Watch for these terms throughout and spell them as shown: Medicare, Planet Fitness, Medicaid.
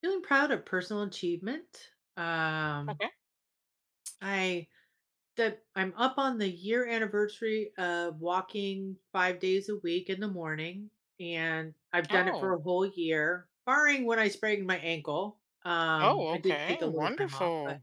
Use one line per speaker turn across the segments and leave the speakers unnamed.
Feeling proud of personal achievement. Um,
Okay.
I that I'm up on the year anniversary of walking 5 days a week in the morning, and I've done it for
Oh.
a whole year, barring when I sprained my ankle.
Oh,
I did take
okay.
a little time off, but
Wonderful.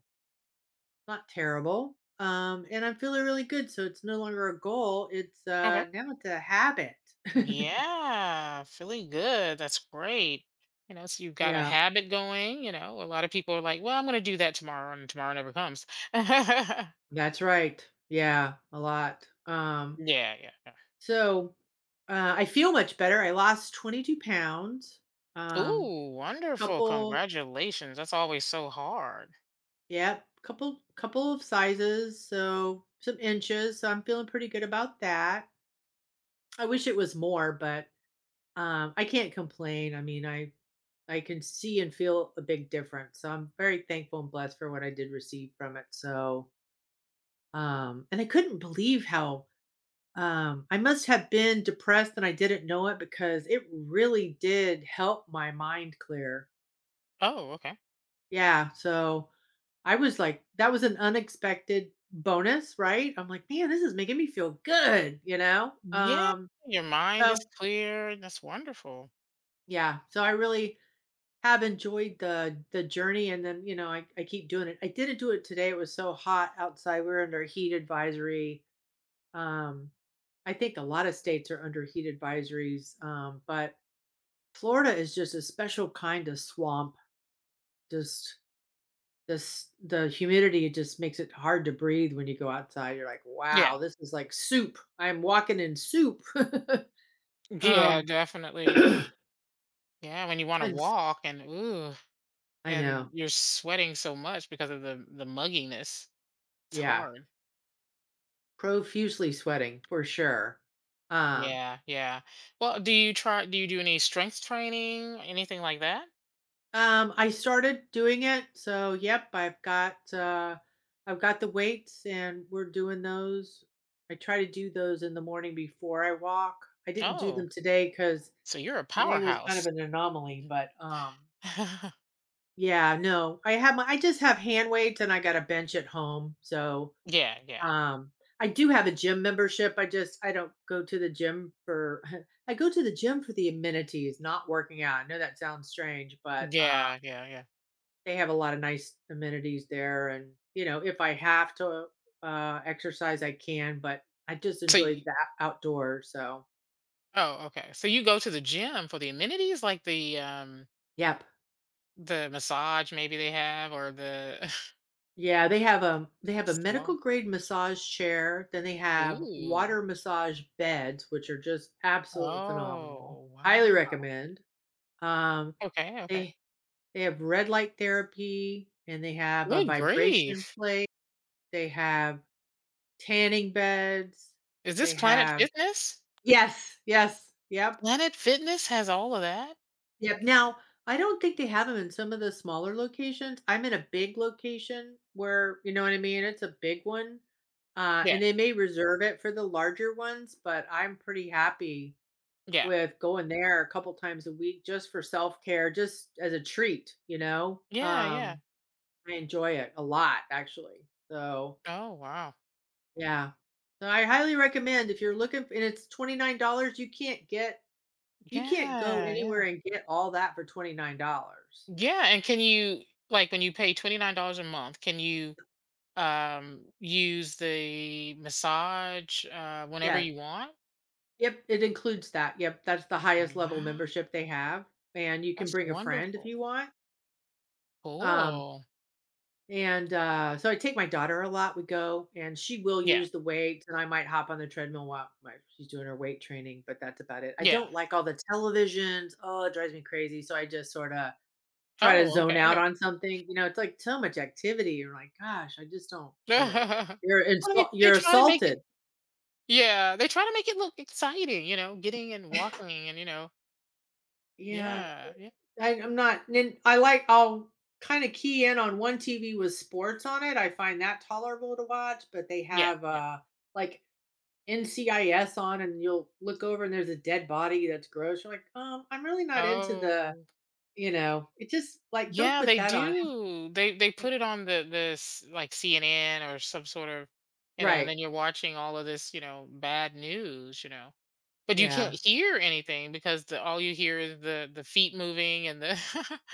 not terrible. And I'm feeling really good, so it's no longer a goal. It's
Okay.
Now it's a habit.
Yeah. Feeling good. That's great. You know, so you've got a
Yeah,
habit going, you know. A lot of people are like, well, I'm gonna do that tomorrow and tomorrow never comes. Yeah,
that's right. Yeah, a lot. Um,
yeah, yeah.
So, uh, I feel much better. I lost 22 pounds. Um,
Ooh, wonderful.
couple,
Congratulations. That's always so hard.
yep, couple of sizes. So some inches. So I'm feeling pretty good about that. I wish it was more, but I can't complain. I mean, I can see and feel a big difference. So I'm very thankful and blessed for what I did receive from it. So, and I couldn't believe how I must have been depressed and I didn't know it because it really did help my mind clear.
Oh, okay.
Yeah, so I was like that was an unexpected bonus, right? I'm like, "Man, this is making me feel good," you know?
Yeah.
Um,
Your mind
So
is clear. That's wonderful.
yeah, so I really have enjoyed the journey, and then, I keep doing it. I didn't do it today. It was so hot outside. We were under a heat advisory. Um, I think a lot of states are under heat advisories, but Florida is just a special kind of swamp. Just this the humidity, it just makes it hard to breathe when you go outside. You're like,
Yeah.
wow, this is like soup. I'm walking in soup.
Yeah,
um
definitely.
and
Yeah. When you want to
s-
walk and ooh.
I
And
know.
you're sweating so much because of the mugginess. It's
Yeah.
hard.
Profusely sweating for sure. Um
Yeah, yeah. Well, do you do any strength training, anything like that?
I started doing it. So yep, I've got the weights and we're doing those. I try to do those in the morning before I walk. I didn't do
Oh,
them today because
so you're a
today was kind of
powerhouse.
an anomaly,
Mhm.
but, yeah, no, I just have hand weights and I got a bench at home, so,
Yeah, yeah.
um, I do have a gym membership, I don't go to the gym for I go to the gym for the amenities, not working out. I know that sounds strange, but,
Yeah, yeah, yeah.
they have a lot of nice amenities there, and, you know, if I have to, exercise, I can, but I just
So
enjoy
you
that outdoor. So,
Oh, okay. So you go to the gym for the amenities like
yeah.
the massage maybe they have, or the
Yeah, they have a medical
salon?
grade massage chair, then they have
Ooh.
water massage beds, which are just absolutely phenomenal.
Oh,
Highly
wow.
recommend. Um,
Okay, okay.
they they have red light therapy, and they have a
Good
vibration
grief.
plate. They have tanning beds.
Is this
They
Planet
have
Fitness?
Yes. Yep.
Planet Fitness has all of that?
Yep. Now, I don't think they have them in some of the smaller locations. I'm in a big location where, you know what I mean? It's a big one.
Yeah,
And they may reserve it for the larger ones, but I'm pretty happy
yeah.
with going there a couple times a week just for self care, just as a treat, you know?
Yeah, yeah.
Um, I enjoy it a lot, actually. So,
Oh, wow.
yeah. So I highly recommend if you're looking, and it's $29. you can't get, you can't go
Yeah,
anywhere
yeah.
and get all that for $29.
Yeah, and can you like, when you pay $29 a month, can you, use the massage, whenever
Yeah.
you want?
Yep, it includes that. Yep, that's the highest level
Wow,
membership they have, and you can
that's
bring a friend if
wonderful.
you want. Um,
Cool.
so I take my daughter a lot, we go, and she will
Yeah,
use the weights, and I might hop on the treadmill while my she's doing her weight training, but that's about it. I
yeah.
don't like all the televisions. Oh, it drives me crazy, so I just sorta try to
Oh,
zone
okay,
out
okay.
on something. You know, it's like so much activity, you're like, "Gosh, I just don't like it."
Well, they
You're
try to make it
assaulted.
yeah, they try to make it look exciting, you know, getting and walking and, you know.
Yeah.
Yeah, yeah.
I I'm not nin I like I'll kinda key in on one TV with sports on it, I find that tolerable to watch, but they
Yeah,
have,
yeah.
like, NCIS on, and you'll look over and there's a dead body that's gross, you're like, I'm really not into the"
Oh.
you know, it just like, don't
Yeah,
put
they
that on.
do. They
Like,
put it on the this like CNN or some sort of, you know, and
right.
then you're watching all of this, you know, bad news, you know. But you can't
Yeah.
hear anything because the, all you hear is the feet moving and the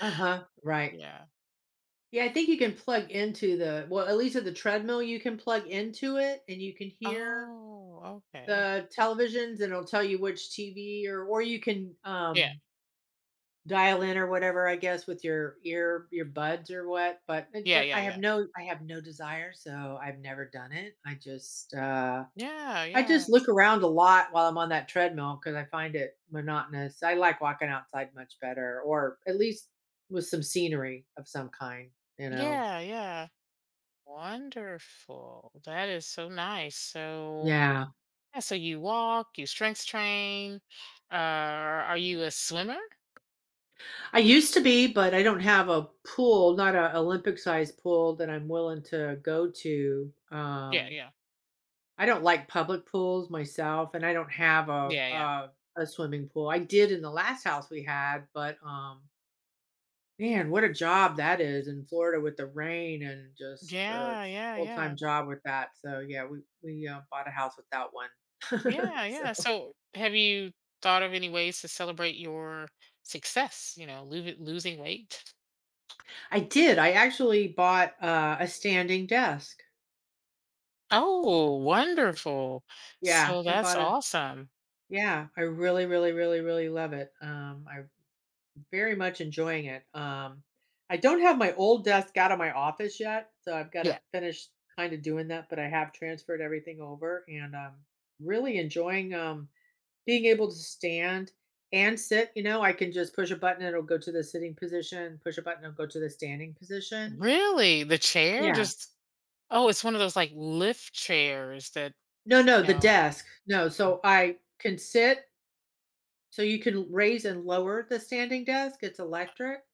Uh-huh, right.
yeah.
Yeah, I think you can plug into the well, at least at the treadmill, you can plug into it, and you can hear
Oh, okay.
the televisions, and it'll tell you which TV, or you can,
Yeah.
dial in or whatever, I guess, with your ear your buds or what, but it do
Yeah, yeah, yeah.
I have no desire, so I've never done it.
Yeah,
I
yeah.
just look around a lot while I'm on that treadmill because I find it monotonous. I like walking outside much better, or at least with some scenery of some kind, you know?
Yeah, yeah. Wonderful. That is so nice. So
Yeah.
yeah, so you walk, you strength train. Are you a swimmer?
I used to be, but I don't have a pool, not an Olympic-sized pool that I'm willing to go to.
Yeah, yeah,
I don't like public pools myself, and I don't have
yeah, yeah,
a swimming pool. I did in the last house we had, but man, what a job that is in Florida with the rain and just a
yeah, yeah,
full
yeah,
time job with that. So yeah, we bought a house without one.
yeah,
So
yeah. So, have you thought of any ways to celebrate your success? You know, losing weight.
I did. I actually bought a standing desk.
Oh, wonderful!
Yeah,
So
I
that's
bought a.
awesome.
Yeah, I really, really, really, really love it. I Very much enjoying it. I don't have my old desk out of my office yet, so I've got
Yeah,
to finish kind of doing that, but I have transferred everything over, and really enjoying being able to stand and sit. You know, I can just push a button, it'll go to the sitting position, push a button, it'll go to the standing position.
really. The chair
Yeah.
just. Oh, it's one of those like lift chairs that
No, no,
you
the
know.
desk. No, so I can sit, so you can raise and lower the standing desk. It's electric.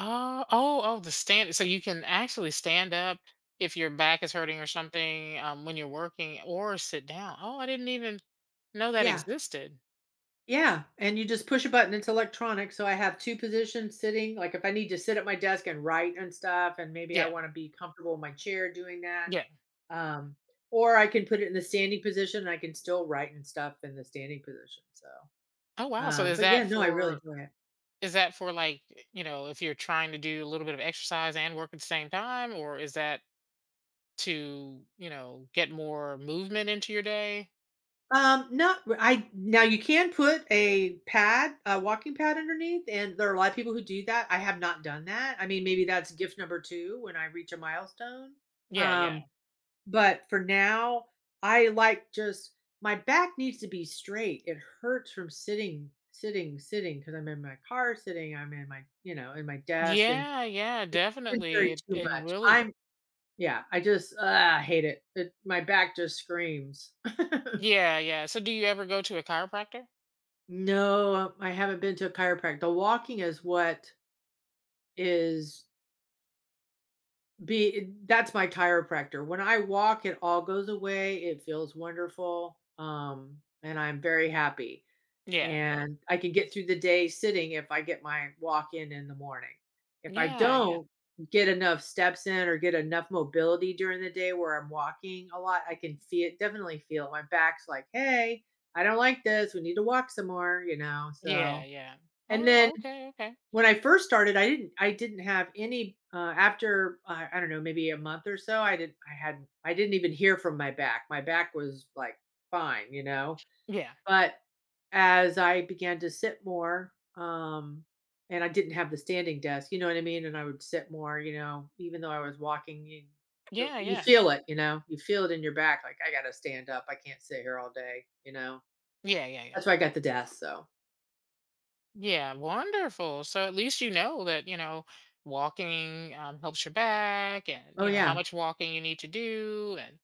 Oh, oh, oh, the stand. So you can actually stand up if your back is hurting or something, when you're working, or sit down. Oh, I didn't even know that
Yeah.
existed.
Yeah, and you just push a button, it's electronic, so I have 2 positions sitting, like, if I need to sit at my desk and write and stuff, and maybe I
Yeah,
wanna be comfortable in my chair doing that,
yeah.
um, or I can put it in the standing position, and I can still write and stuff in the standing position. So,
Oh, wow. So is
but yeah,
that
no, I really
for
enjoy it.
is that for like you know if you're trying to do a little bit of exercise and work at the same time, or is that to, you know, get more movement into your day?
No, r I Now you can put a pad, a walking pad underneath, and there are a lot of people who do that. I have not done that. I mean, maybe that's gift number 2 when I reach a milestone,
Yeah, yeah,
um, but for now, I like just my back needs to be straight. It hurts from sitting, sitting, sitting because I'm in my car sitting. I'm in my, you know, in my desk, and
yeah, yeah.
it's
Definitely,
very
it,
too
it
much.
really.
I'm, yeah, I just I hate it. My back just screams.
Yeah, yeah. So do you ever go to a chiropractor?
No, I haven't been to a chiropractor. The walking is what is that's my chiropractor. When I walk, it all goes away. It feels wonderful. And I'm very happy.
Yeah, yeah,
And I can get through the day sitting if I get my walk in the morning. If I
yeah, yeah.
don't get enough steps in or get enough mobility during the day where I'm walking a lot, I can feel it, definitely feel it. My back's like, hey, I don't like this. We need to walk some more, you know.
Yeah,
So
yeah.
and then
Oh, okay, okay.
when I first started, I didn't have any after I don't know, maybe a month or so. I didn't even hear from my back. My back was like fine, you know,
Yeah,
but as I began to sit more, and I didn't have the standing desk, you know what I mean? And I would sit more, you know, even though I was walking,
yeah,
you
yeah,
feel it, you know, you feel it in your back. Like, I got to stand up. I can't sit here all day, you know?
yeah, yeah, yeah.
That's why I got the desk. So,
Yeah, wonderful. So at least you know that, you know, walking, helps your back and,
oh,
you know, how
yeah.
much walking you need to do. And,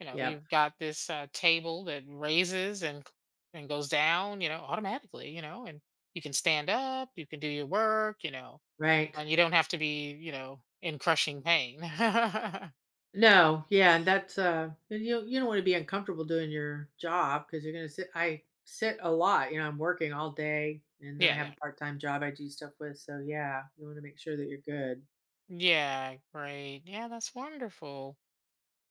you know,
Yep.
you've got this, table that raises and goes down, you know, automatically, you know, and you can stand up, you can do your work, you know,
Right.
and you don't have to be, you know, in crushing pain. Yeah,
No, yeah, and that's, and you don't wanna be uncomfortable doing your job because you're gonna sit. I sit a lot, you know, I'm working all day, and then I have a
yeah.
part-time job I do stuff with, so yeah, you wanna make sure that you're good.
Yeah, great. Yeah, that's wonderful.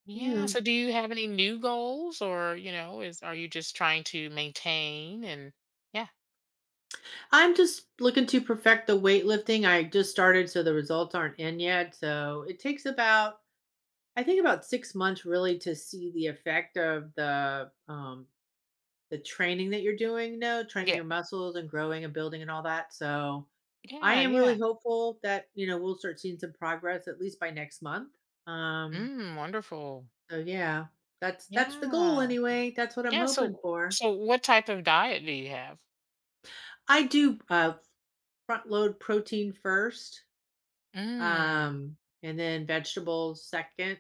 Yeah.
Yeah.
So do you have any new goals, or, you know, is are you just trying to maintain and yeah.
I'm just looking to perfect the weightlifting. I just started, so the results aren't in yet, so it takes about I think about 6 months really to see the effect of the, the training that you're doing? No, training
Yeah.
your muscles and growing and building and all that. So, I
Yeah,
am really
yeah.
hopeful that, you know, we'll start seeing some progress at least by next month. um,
Mm, wonderful.
so yeah, that's the goal
Yeah.
anyway, that's what I'm
Yeah,
hoping
so
for.
so what type of diet do you have?
I do, front load protein first,
Mm.
um, and then vegetables second,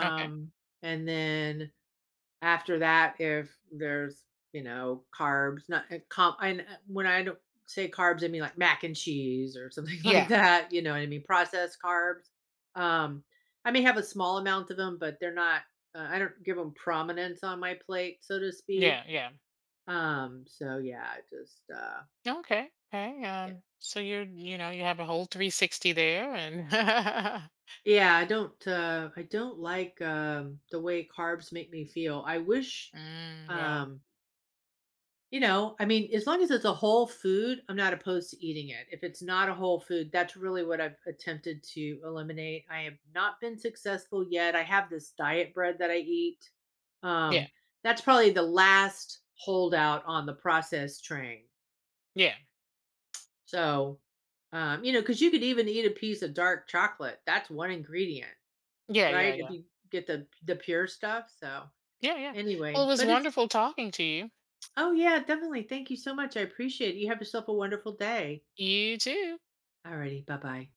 Okay.
and then after that, if there's, you know, carbs, not when I don't say carbs, I mean, like, mac and cheese or something like
Yeah.
that, you know what I mean, processed carbs. Um, I may have a small amount of them, but they're not, I don't give them prominence on my plate, so to speak.
Yeah, yeah.
So yeah, I just,
Okay. Okay.
yeah.
So you're, you know, you have a whole 360 there and
Yeah, I don't like, the way carbs make me feel. I wish,
mm, yeah.
um you know, I mean, as long as it's a whole food, I'm not opposed to eating it. If it's not a whole food, that's really what I've attempted to eliminate. I have not been successful yet. I have this diet bread that I eat.
Yeah.
Um, that's probably the last holdout on the processed train.
Yeah.
So, you know, because you could even eat a piece of dark chocolate. That's one ingredient,
Yeah, yeah,
right? If
yeah.
you get the pure stuff. So
Yeah, yeah. Well,
anyway,
it was
but it's
wonderful talking to you.
oh yeah, definitely. Thank you so much. I appreciate it. You have yourself a wonderful day.
You too.
Alrighty, bye bye.